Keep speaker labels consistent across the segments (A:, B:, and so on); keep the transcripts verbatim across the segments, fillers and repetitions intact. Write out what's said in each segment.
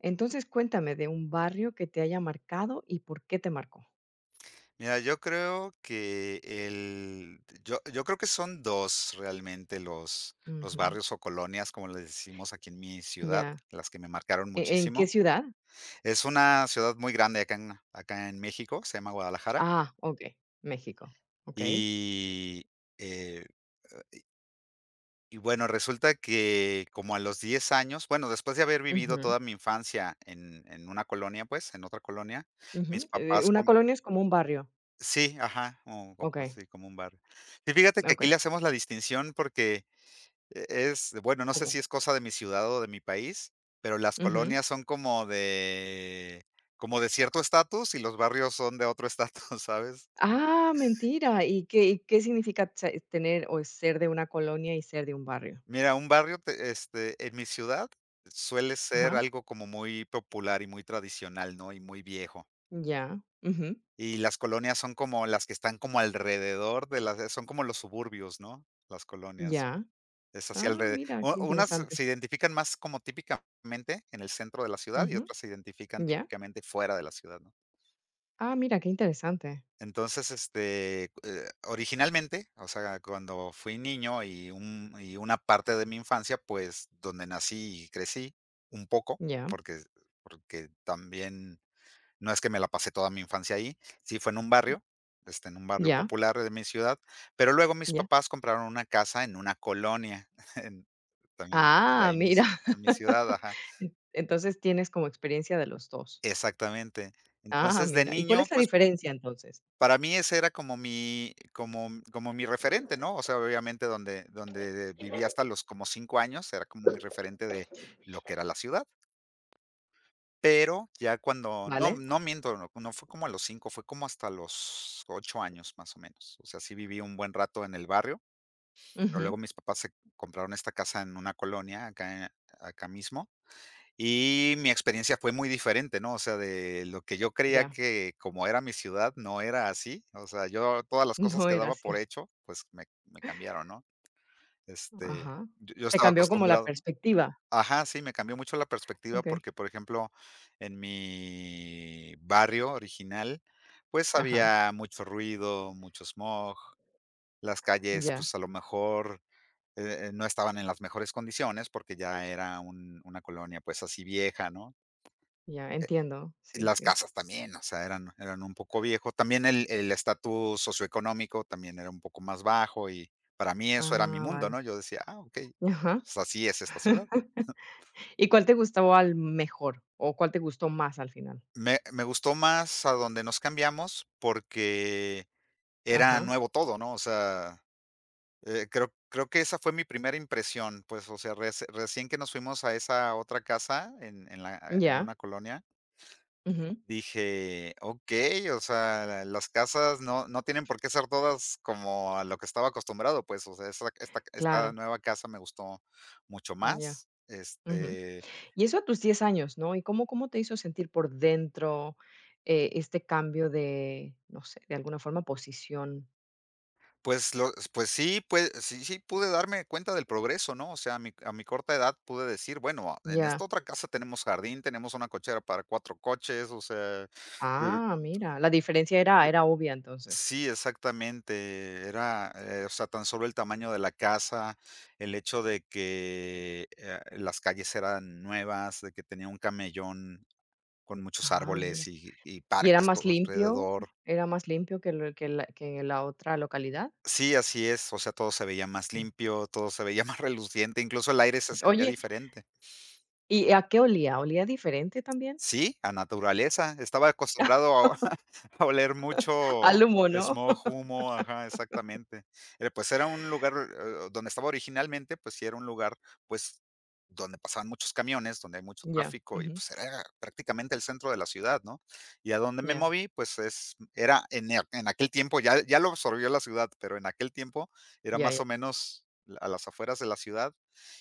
A: Entonces, cuéntame de un barrio que te haya marcado y por qué te marcó.
B: Mira, yo creo que el yo yo creo que son dos realmente los los
A: Ujú,
B: barrios o colonias, como les decimos aquí en mi ciudad,
A: ya.
B: las que me marcaron
A: ¿E- ¿En qué
B: muchísimo.
A: ciudad?
B: Es una ciudad muy grande acá en acá en México, se llama Guadalajara,
A: Ah, ok, México. Ok.
B: y, eh, y bueno, resulta que como a los diez años, bueno, después de haber vivido
A: Ujú,
B: toda mi infancia en en una colonia, pues, en otra colonia,
A: ujú.
B: mis
A: Eh,
B: papás
A: una colonia es como un barrio.
B: sí, ajá, o o
A: Ok,
B: como sí, como un bar. Sí, fíjate que
A: ok.
B: aquí le hacemos la distinción porque e es bueno, no sé
A: ¿Cómo?
B: si es cosa de mi ciudad o de mi país, pero las
A: Ujú.
B: colonias son como de como de cierto estatus y los barrios son de otro estatus. ¿Sabes?
A: Ah, mentira. ¿Y qué, y qué significa se- tener o ser de una colonia y ser de un barrio?
B: Mira, un barrio te este, en mi ciudad suele ser
A: Ajá,
B: algo como muy popular y muy tradicional, ¿no? Y muy viejo.
A: ya, ujú,
B: Y las colonias son como las que están como alrededor de las son como los suburbios, ¿no? Las colonias.
A: ya.
B: Es hacia
A: Ah,
B: alrededor
A: mira, qué
B: Unas
A: interesante.
B: se identifican más como típicamente en el centro de la ciudad y
A: Ujú,
B: otras se identifican
A: ya.
B: típicamente fuera de la ciudad, ¿no?
A: Ah, mira, qué interesante.
B: Entonces, este, eh, originalmente, o sea, cuando fui niño y un y una parte de mi infancia, pues, donde nací y crecí un poco,
A: Ya,
B: porque porque también no es que me la pasé toda mi infancia ahí, sí fue en un barrio, este, en un barrio
A: ya,
B: popular de mi ciudad, pero luego mis
A: ya.
B: papás compraron una casa en una colonia, en también de
A: Ah,
B: ahí
A: mira.
B: mismo, en mi ciudad, ajá,
A: En entonces, tienes como experiencia de los dos.
B: exactamente.
A: Ah,
B: Entonces, de
A: mira. ¿Y cuál
B: niño,
A: es la
B: pues,
A: diferencia, entonces?
B: para mí ese era como mi como como mi referente, ¿no? O sea, obviamente donde donde viví hasta los como cinco años, era como mi referente de lo que era la ciudad. Pero ya cuando no,
A: ¿Vale?
B: no miento, no no fue como a los cinco, fue como hasta los ocho años, más o menos. O sea, sí viví un buen rato en el barrio, pero
A: Ujú,
B: luego mis papás se compraron esta casa en una colonia acá en- acá mismo, y mi experiencia fue muy diferente, ¿no? O sea, de lo que yo creía
A: ya.
B: que como era mi ciudad, no era así. O sea, yo todas las cosas
A: No
B: que
A: era
B: daba
A: así.
B: por hecho, pues, me me cambiaron, ¿no? Este,
A: Ajá.
B: yo yo
A: Te
B: estaba
A: cambió como la
B: acostumbrado.
A: perspectiva.
B: Ajá, sí, me cambió mucho la perspectiva
A: Okey.
B: porque, por ejemplo, en mi barrio original, pues,
A: Ajá.
B: había mucho ruido, mucho smog, las calles,
A: Ya,
B: pues, a lo mejor, eh, no estaban en las mejores condiciones porque ya era un una colonia, pues, así vieja, ¿no?
A: ya, entiendo.
B: Y
A: Sí,
B: las
A: sí.
B: casas también, o sea, eran eran un poco viejo. También el el estatus socioeconómico también era un poco más bajo y para mí eso era mi
A: Ah,
B: mundo,
A: vale.
B: ¿no? Yo decía: "Ah, okey,
A: Ajá.
B: pues así es esta ciudad".
A: ¿Y cuál te gustó al mejor, o cuál te gustó más al final?
B: Me me gustó más a donde nos cambiamos, porque era
A: Ajá.
B: nuevo todo, ¿no? O sea, eh, creo creo que esa fue mi primera impresión, pues, o sea, reci recién que nos fuimos a esa otra casa en en la en
A: Ya.
B: una colonia,
A: Ujú.
B: dije: "Okey, o sea, las casas no no tienen por qué ser todas como a lo que estaba acostumbrado", pues, o sea, esa esta esta
A: Claro.
B: nueva casa me gustó mucho
A: Ya.
B: más,
A: Ujú.
B: este.
A: Y eso a tus diez años, ¿no? ¿Y cómo cómo te hizo sentir por dentro, eh, este cambio de, no sé, de alguna forma, posición?
B: Pues lo pues sí, pues sí sí pude darme cuenta del progreso, ¿no? O sea, a mi a mi corta edad pude decir, bueno, en
A: Ya.
B: esta otra casa tenemos jardín, tenemos una cochera para cuatro coches, o sea, eh,
A: Ah, mira, la diferencia era
B: eh,
A: era obvia, entonces.
B: sí, exactamente, era, eh, o sea, tan solo el tamaño de la casa, el hecho de que, eh, las calles eran nuevas, de que tenía un camellón con muchos
A: Ah, mira.
B: árboles y y
A: ¿Y era
B: parques
A: más
B: todo
A: limpio?
B: alrededor.
A: ¿Era más limpio que lo que la que la otra localidad?
B: Sí, así es, o sea, todo se veía más
A: Mm.
B: limpio, todo se veía más reluciente, incluso el aire se sentía
A: Oye,
B: diferente.
A: ¿y a qué olía? ¿Olía diferente también?
B: Sí, a naturaleza. Estaba acostumbrado a a oler mucho
A: Al humo, ¿no?
B: smog, humo, ajá, exactamente. Eh, pues era un lugar, eh, donde estaba originalmente, pues sí era un lugar, pues, donde pasaban muchos camiones, donde hay mucho
A: Ya,
B: tráfico y,
A: ujú,
B: pues, era prácticamente el centro de la ciudad, ¿no? Y a donde me
A: ya,
B: moví, pues es era en e en aquel tiempo, ya ya lo absorbió la ciudad, pero en aquel tiempo era
A: ya,
B: más
A: ya.
B: o menos a las afueras de la ciudad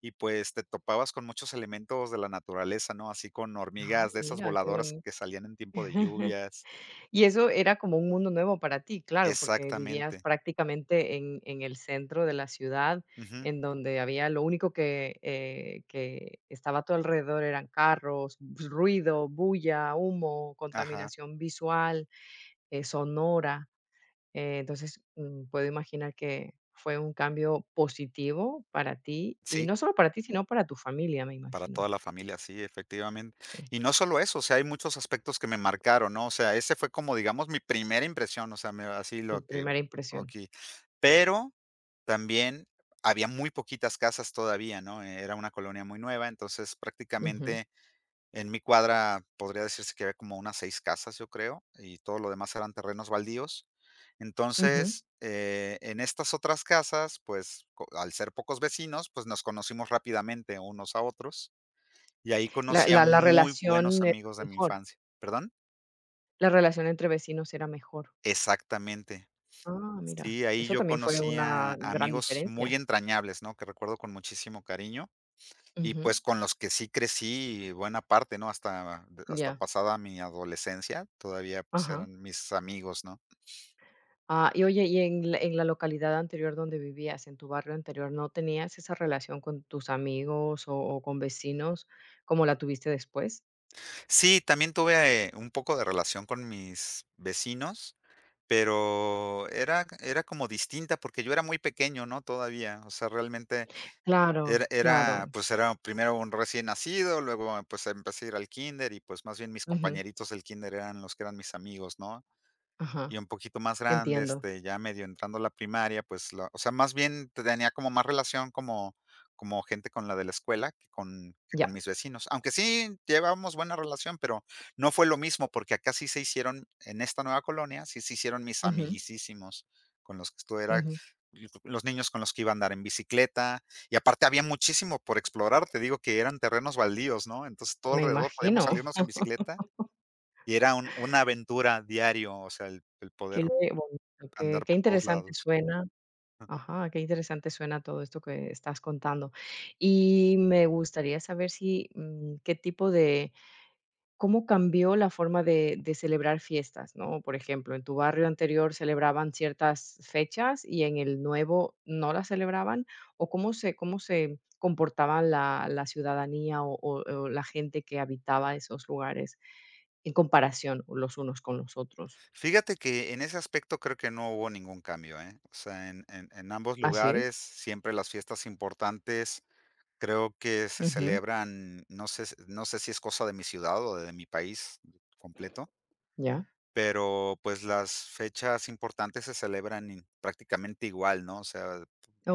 B: y, pues, te topabas con muchos elementos de la naturaleza, ¿no? Así con
A: Ay,
B: hormigas de esas
A: mira, qué
B: voladoras
A: bonito.
B: que salían en tiempo de lluvias.
A: Y eso era como un mundo nuevo para ti, claro, porque vivías
B: Exactamente.
A: prácticamente en, en el centro de la ciudad,
B: Ujú.
A: en donde había lo único que, eh, que estaba a tu alrededor eran carros, bus- ruido, bulla, humo,
B: Ajá.
A: contaminación visual, eh, sonora. Eh, entonces, mm, puedo imaginar que fue un cambio positivo para ti, y
B: Sí,
A: no solo para ti, sino para tu familia, me
B: para toda
A: imagino.
B: la familia, sí, efectivamente.
A: Sí,
B: Y no solo eso, o sea, hay muchos aspectos que me marcaron, ¿no? O sea, ese fue como, digamos, mi primera impresión, o sea, me así lo
A: tu
B: que
A: primera impresión.
B: aquí pero también había muy poquitas casas todavía, ¿no? Era una colonia muy nueva, entonces
A: Ujú,
B: prácticamente en mi cuadra podría decirse que había como unas seis casas, yo creo, y todo lo demás eran terrenos baldíos.
A: ujú.
B: Entonces, eh, en estas otras casas, pues, co al ser pocos vecinos, pues, nos conocimos rápidamente unos a otros, y ahí
A: La,
B: conocí a
A: la, la
B: muy buenos
A: relación era
B: amigos de mi
A: mejor.
B: infancia. ¿Perdón?
A: La relación entre vecinos era mejor.
B: Exactamente.
A: Ah, mira,
B: Sí, ahí
A: eso
B: yo
A: también fue
B: conocí
A: una
B: a
A: gran
B: amigos
A: diferencia.
B: muy entrañables, ¿no? Que recuerdo con muchísimo cariño. Y,
A: Ujú,
B: pues, con los que sí crecí buena parte, ¿no? Hasta de hasta
A: ya,
B: pasada mi adolescencia, todavía, pues,
A: ajá.
B: eran mis amigos, ¿no?
A: Ah, y oye, y en la en la localidad anterior donde vivías, en tu barrio anterior, ¿no tenías esa relación con tus amigos o o con vecinos como la tuviste después?
B: Sí, también tuve eh, un poco de relación con mis vecinos, pero era era como distinta, porque yo era muy pequeño, ¿no? Todavía, o sea, realmente
A: Claro,
B: era era,
A: claro.
B: pues, era primero un recién nacido, luego, pues, empecé a ir al kinder y, pues, más bien mis
A: Ujú,
B: compañeritos del kinder eran los que eran mis amigos, ¿no?
A: ajá,
B: Y un poquito más grande,
A: entiendo.
B: este, ya medio entrando a la primaria, pues, la o sea, más bien tenía como más relación como como gente con la de la escuela que con que con
A: Ya.
B: mis vecinos. Aunque sí llevábamos buena relación, pero no fue lo mismo, porque acá sí se hicieron, en esta nueva colonia, sí se hicieron mis
A: Ujú,
B: amiguisísimos, con los que estuve era
A: ujú.
B: los niños con los que iba a andar en bicicleta, y aparte había muchísimo por explorar, te digo que eran terrenos baldíos, ¿no? Entonces, todo
A: Me
B: alrededor podíamos
A: imagino.
B: salirnos en bicicleta y era un una aventura diario, o sea, el el
A: Qué
B: poder
A: bonito, qué
B: andar
A: qué
B: por todos
A: interesante
B: lados.
A: suena. Ajá, qué interesante suena todo esto que estás contando. Y me gustaría saber si, mm, qué tipo de, cómo cambió la forma de, de celebrar fiestas, ¿no? Por ejemplo, en tu barrio anterior celebraban ciertas fechas y en el nuevo no las celebraban, o cómo se, cómo se comportaban la, la ciudadanía o, o- o la gente que habitaba esos lugares en comparación los unos con los otros.
B: Fíjate que en ese aspecto creo que no hubo ningún cambio, ¿eh? O sea, en en en ambos
A: ¿Ah, sí?
B: lugares, siempre las fiestas importantes, creo que se
A: Ujú,
B: celebran, no sé s no sé si es cosa de mi ciudad o de mi país completo,
A: ya.
B: pero, pues, las fechas importantes se celebran in prácticamente igual, ¿no? O sea,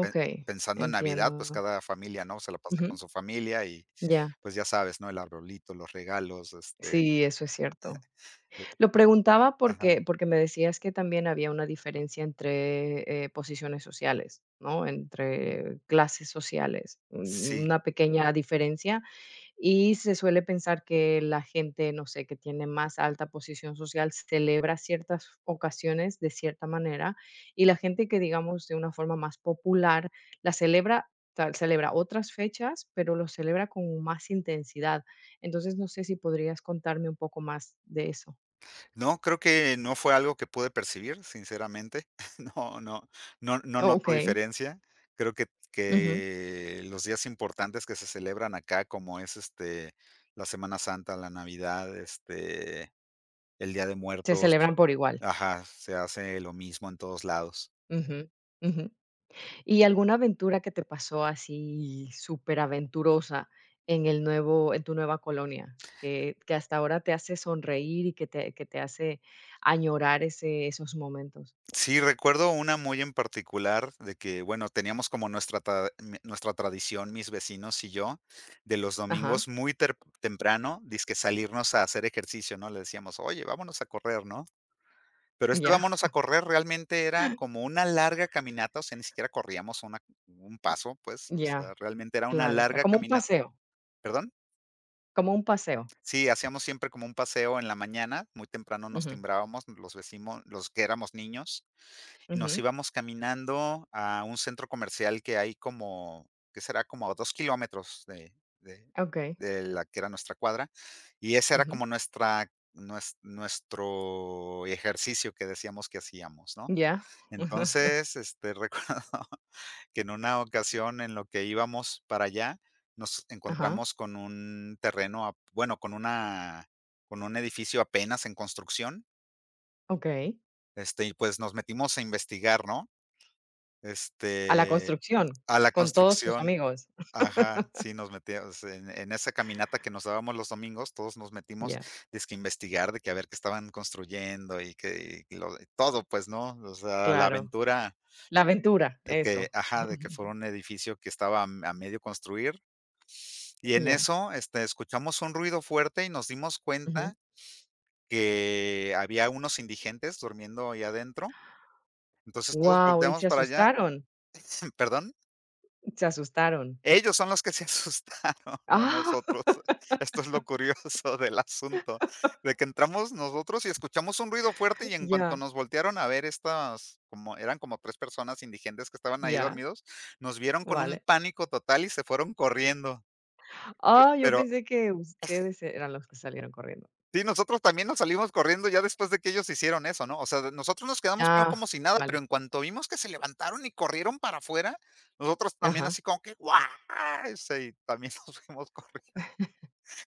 B: pe pensando en Navidad, pues,
A: entiendo.
B: cada familia, ¿no? Se la pasa
A: Ujú,
B: con su familia y,
A: ya.
B: pues, ya sabes, ¿no? El arbolito, los regalos, este,
A: Sí, eso es cierto.
B: eh
A: Lo preguntaba
B: ajá.
A: porque porque me decías que también había una diferencia entre, eh, posiciones sociales, ¿no? Entre clases sociales, un
B: Sí,
A: una pequeña diferencia, y se suele pensar que la gente, no sé, que tiene más alta posición social celebra ciertas ocasiones de cierta manera y la gente que, digamos, de una forma más popular, la celebra tal celebra otras fechas, pero lo celebra con más intensidad. Entonces, no sé si podrías contarme un poco más de eso.
B: no, creo que no fue algo que pude percibir, sinceramente. No, no, no, no
A: Oh,
B: noto
A: okey.
B: diferencia. Creo que,
A: Ujú.
B: que los días importantes que se celebran acá, como es este la Semana Santa, la Navidad, este, el Día de
A: Se
B: Muertos,
A: celebran por igual.
B: ajá, se hace lo mismo en todos lados.
A: Ujú, ujú. ¿Y alguna aventura que te pasó así superaventurosa en el nuevo en tu nueva colonia, que que hasta ahora te hace sonreír y que te que te hace añorar ese esos momentos?
B: Sí, recuerdo una muy en particular de que, bueno, teníamos como nuestra ta mi nuestra tradición, mis vecinos y yo, de los
A: Ajá,
B: domingos muy ter temprano, dizque salirnos a hacer ejercicio, ¿no? Le decíamos: "Oye, vámonos a correr", ¿no? Pero este
A: ya,
B: vámonos a correr realmente era como una larga caminata, o sea, ni siquiera corríamos una un paso, pues, o sea,
A: ya,
B: realmente era una
A: claro, claro,
B: larga
A: como un
B: caminata.
A: paseo,
B: ¿Perdón?
A: como un paseo.
B: Sí, hacíamos siempre como un paseo en la mañana, muy temprano nos
A: Ujú,
B: timbrábamos los vecinos los que éramos niños y nos
A: ujú,
B: íbamos caminando a un centro comercial que hay como, ¿que será? Como a dos kilómetros de de
A: okey,
B: de la que era nuestra cuadra, y ese era
A: ujú,
B: como nuestra nues nuestro ejercicio que decíamos que hacíamos, ¿no?
A: ya,
B: Entonces, este, recuerdo que en una ocasión en lo que íbamos para allá, nos
A: ajá,
B: encontramos con un terreno, ap bueno, con una con un edificio apenas en construcción,
A: okey.
B: este, y pues nos metimos a investigar, ¿no?
A: A la
B: Este,
A: construcción,
B: a la
A: con todos tus
B: construcción.
A: amigos.
B: Ajá, sí, nos metíamos en en esa caminata que nos dábamos los domingos, todos nos metimos,
A: Ya,
B: dizque a investigar de que a ver qué estaban construyendo y que y lo todo, pues, ¿no? O sea, la
A: claro,
B: aventura
A: la aventura,
B: de
A: eso.
B: que ajá, de que fuera un edificio que estaba a m- a medio construir. Y en
A: Ya,
B: eso, este, escuchamos un ruido fuerte y nos dimos
A: ujú.
B: cuenta que había unos indigentes durmiendo ahí adentro. Entonces, todos
A: Wow, ¿y
B: volteamos
A: se
B: para allá.
A: asustaron?
B: ¿Perdón?
A: Se asustaron.
B: Ellos son los que se asustaron, no
A: Ah,
B: nosotros. Esto es lo curioso del asunto, de que entramos nosotros y escuchamos un ruido fuerte, y en cuanto
A: ya,
B: nos voltearon a ver estas, como eran como tres personas indigentes que estaban ahí
A: ya,
B: dormidos, nos vieron con un
A: vale.
B: pánico total y se fueron corriendo.
A: Ah, yo
B: Pero
A: pensé que ustedes eran los que salieron corriendo.
B: sí, nosotros también nos salimos corriendo ya después de que ellos hicieron eso, ¿no? O sea, de- nosotros nos quedamos primero
A: Ah,
B: como si nada, pero
A: vale.
B: en cuanto vimos que se levantaron y corrieron para afuera, nosotros también
A: Ajá.
B: así como que: "¡Guau!", sí, también nos fuimos corriendo.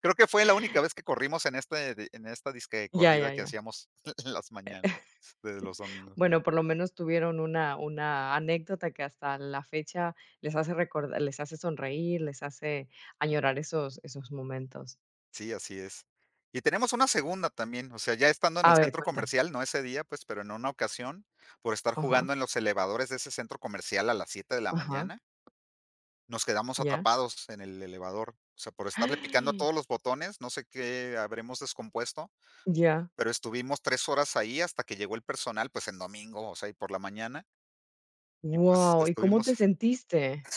B: Creo que fue la única vez que corrimos en este de en esta disque
A: Ya,
B: corrida
A: ya,
B: que
A: ya.
B: hacíamos en las mañanas de los domingos.
A: Bueno, por lo menos tuvieron una una anécdota que hasta la fecha les hace recordar, les hace sonreír, les hace añorar esos esos momentos.
B: Sí, así es. Y tenemos una segunda también, o sea, ya estando en
A: A
B: el
A: ver,
B: centro
A: cuenta.
B: comercial, no ese día, pues, pero en una ocasión, por estar
A: Ajá,
B: jugando en los elevadores de ese centro comercial a las siete de la
A: ajá,
B: mañana, nos quedamos
A: ya.
B: atrapados en el elevador. O sea, por estarle picando a todos los botones, no sé qué habremos descompuesto,
A: Ya.
B: pero estuvimos tres horas ahí hasta que llegó el personal, pues, en domingo, o sea, y por la mañana, y pues
A: Wow, ¿y cómo
B: estuvimos…
A: te sentiste?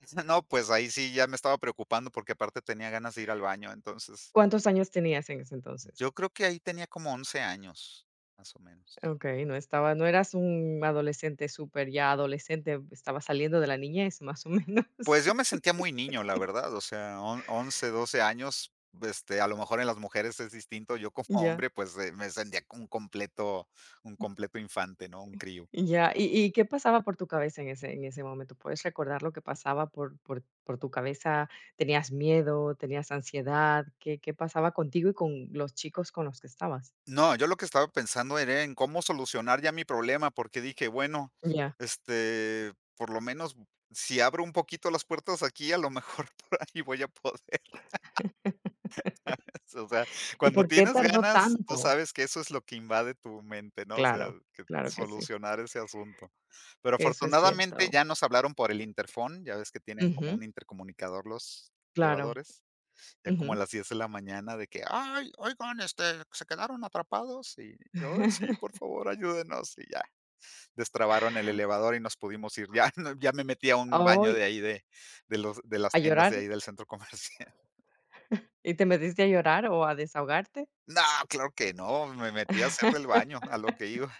B: No, pues ahí sí ya me estaba preocupando porque aparte tenía ganas de ir al baño, entonces
A: ¿Cuántos años tenías en ese entonces?
B: yo creo que ahí tenía como once años, más o menos.
A: Okey, no estaba no eras un adolescente súper ya adolescente, estaba saliendo de la niñez, más o menos.
B: Pues yo me sentía muy niño, la verdad, o sea, on- once, doce años, este, a lo mejor en las mujeres es distinto, yo como
A: Ya,
B: hombre pues eh, me sentía como un completo, un completo infante, ¿no? Un crío.
A: ya. ¿Y y qué pasaba por tu cabeza en ese en ese momento? ¿Puedes recordar lo que pasaba por por por tu cabeza? ¿Tenías miedo? ¿Tenías ansiedad? ¿Qué qué pasaba contigo y con los chicos con los que estabas?
B: No, yo lo que estaba pensando era en cómo solucionar ya mi problema, porque dije, bueno,
A: Ya.
B: este, por lo menos si abro un poquito las puertas aquí, a lo mejor por ahí voy a poder. O sea,
A: ¿Y
B: cuando
A: por qué
B: tienes
A: tardó
B: ganas, tú
A: tanto?
B: sabes que eso es lo que invade tu mente, ¿no? O sea,
A: Claro,
B: que
A: claro que sí.
B: solucionar ese asunto. Pero
A: Eso es
B: afortunadamente
A: cierto.
B: ya nos hablaron por el interfón, ya ves que tienen como
A: Ujú.
B: un intercomunicador los
A: Claro.
B: elevadores, ya como a
A: Ujú.
B: las diez de la mañana de que, ay, oigan, este, se quedaron atrapados y, ay, sí, por favor, ayúdenos. Y ya, destrabaron el elevador y nos pudimos ir. Ya, no- ya me metí a un baño
A: Ay,
B: de ahí, de, de, los, de las
A: ¿a
B: tiendas de
A: llorar?
B: ahí del centro comercial.
A: ¿Y te metiste a llorar o a desahogarte?
B: No, claro que no, me metí a hacer del baño, a lo que iba.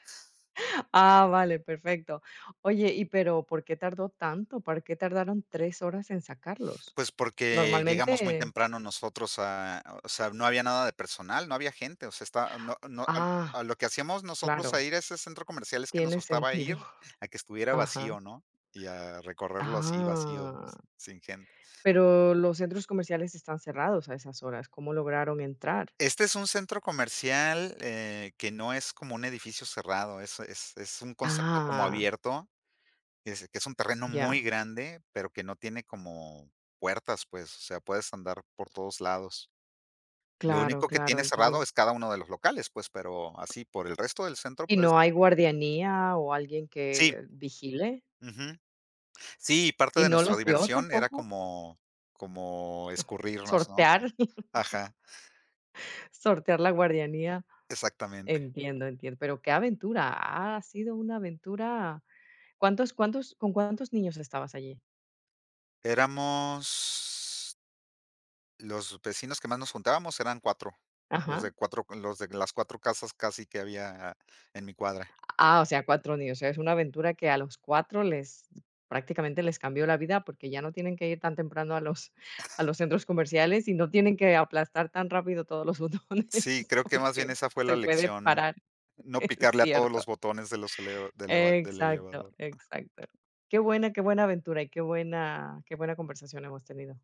A: Ah, vale, perfecto. Oye, y pero, ¿por qué tardó tanto? ¿Por qué tardaron tres horas en sacarlos?
B: Pues, porque llegamos muy
A: Normalmente
B: temprano nosotros a… o sea, no había nada de personal, no había gente, o sea, está no no al
A: ah,
B: a lo que hacíamos nosotros a
A: claro,
B: ir a ese centro comercial es que nos
A: tiene
B: gustaba
A: sentido.
B: ir a que estuviera
A: Ajá.
B: vacío, ¿no? Y a recorrerlo así vacío,
A: Ah,
B: s sin gente.
A: pero los centros comerciales están cerrados a esas horas, ¿cómo lograron entrar?
B: Este es un centro comercial, eh, que no es como un edificio cerrado, es es es un concepto como
A: Ah,
B: abierto. Es que es un terreno muy
A: ya.
B: grande, pero que no tiene como puertas, pues, o sea, puedes andar por todos lados. Lo
A: Claro,
B: único que
A: claro.
B: tiene cerrado
A: Entonces,
B: es cada uno de los locales, pues, pero así por el resto del centro,
A: ¿y
B: pues
A: no hay guardianía o alguien
B: sí,
A: que vigile?
B: ujú. Sí, parte
A: ¿Y
B: de
A: no
B: nuestra
A: los vio
B: diversión era
A: tampoco
B: como como escurrirnos, ¿no?
A: sortear?
B: Como ajá,
A: Sortear la guardianía,
B: exactamente.
A: entiendo, entiendo. Pero qué aventura, ha sido una aventura. ¿Cuántos cuántos Con cuántos niños estabas allí?
B: Éramos… los vecinos que más nos juntábamos eran cuatro, los
A: Ajá.
B: de cuatro los de las cuatro casas casi que había en mi cuadra.
A: Ah, o sea, cuatro niños, o sea, es una aventura que a los cuatro les prácticamente les cambió la vida, porque ya no tienen que ir tan temprano a los a los centros comerciales y no tienen que aplastar tan rápido todos los
B: Sí,
A: botones,
B: creo que más bien
A: porque
B: esa fue la
A: se puede
B: lección,
A: parar.
B: no
A: Es
B: picarle a todos
A: cierto.
B: los botones de los eleva del eva del
A: Exacto,
B: elevador.
A: exacto. Qué buena, qué buena aventura y qué buena qué buena conversación hemos tenido.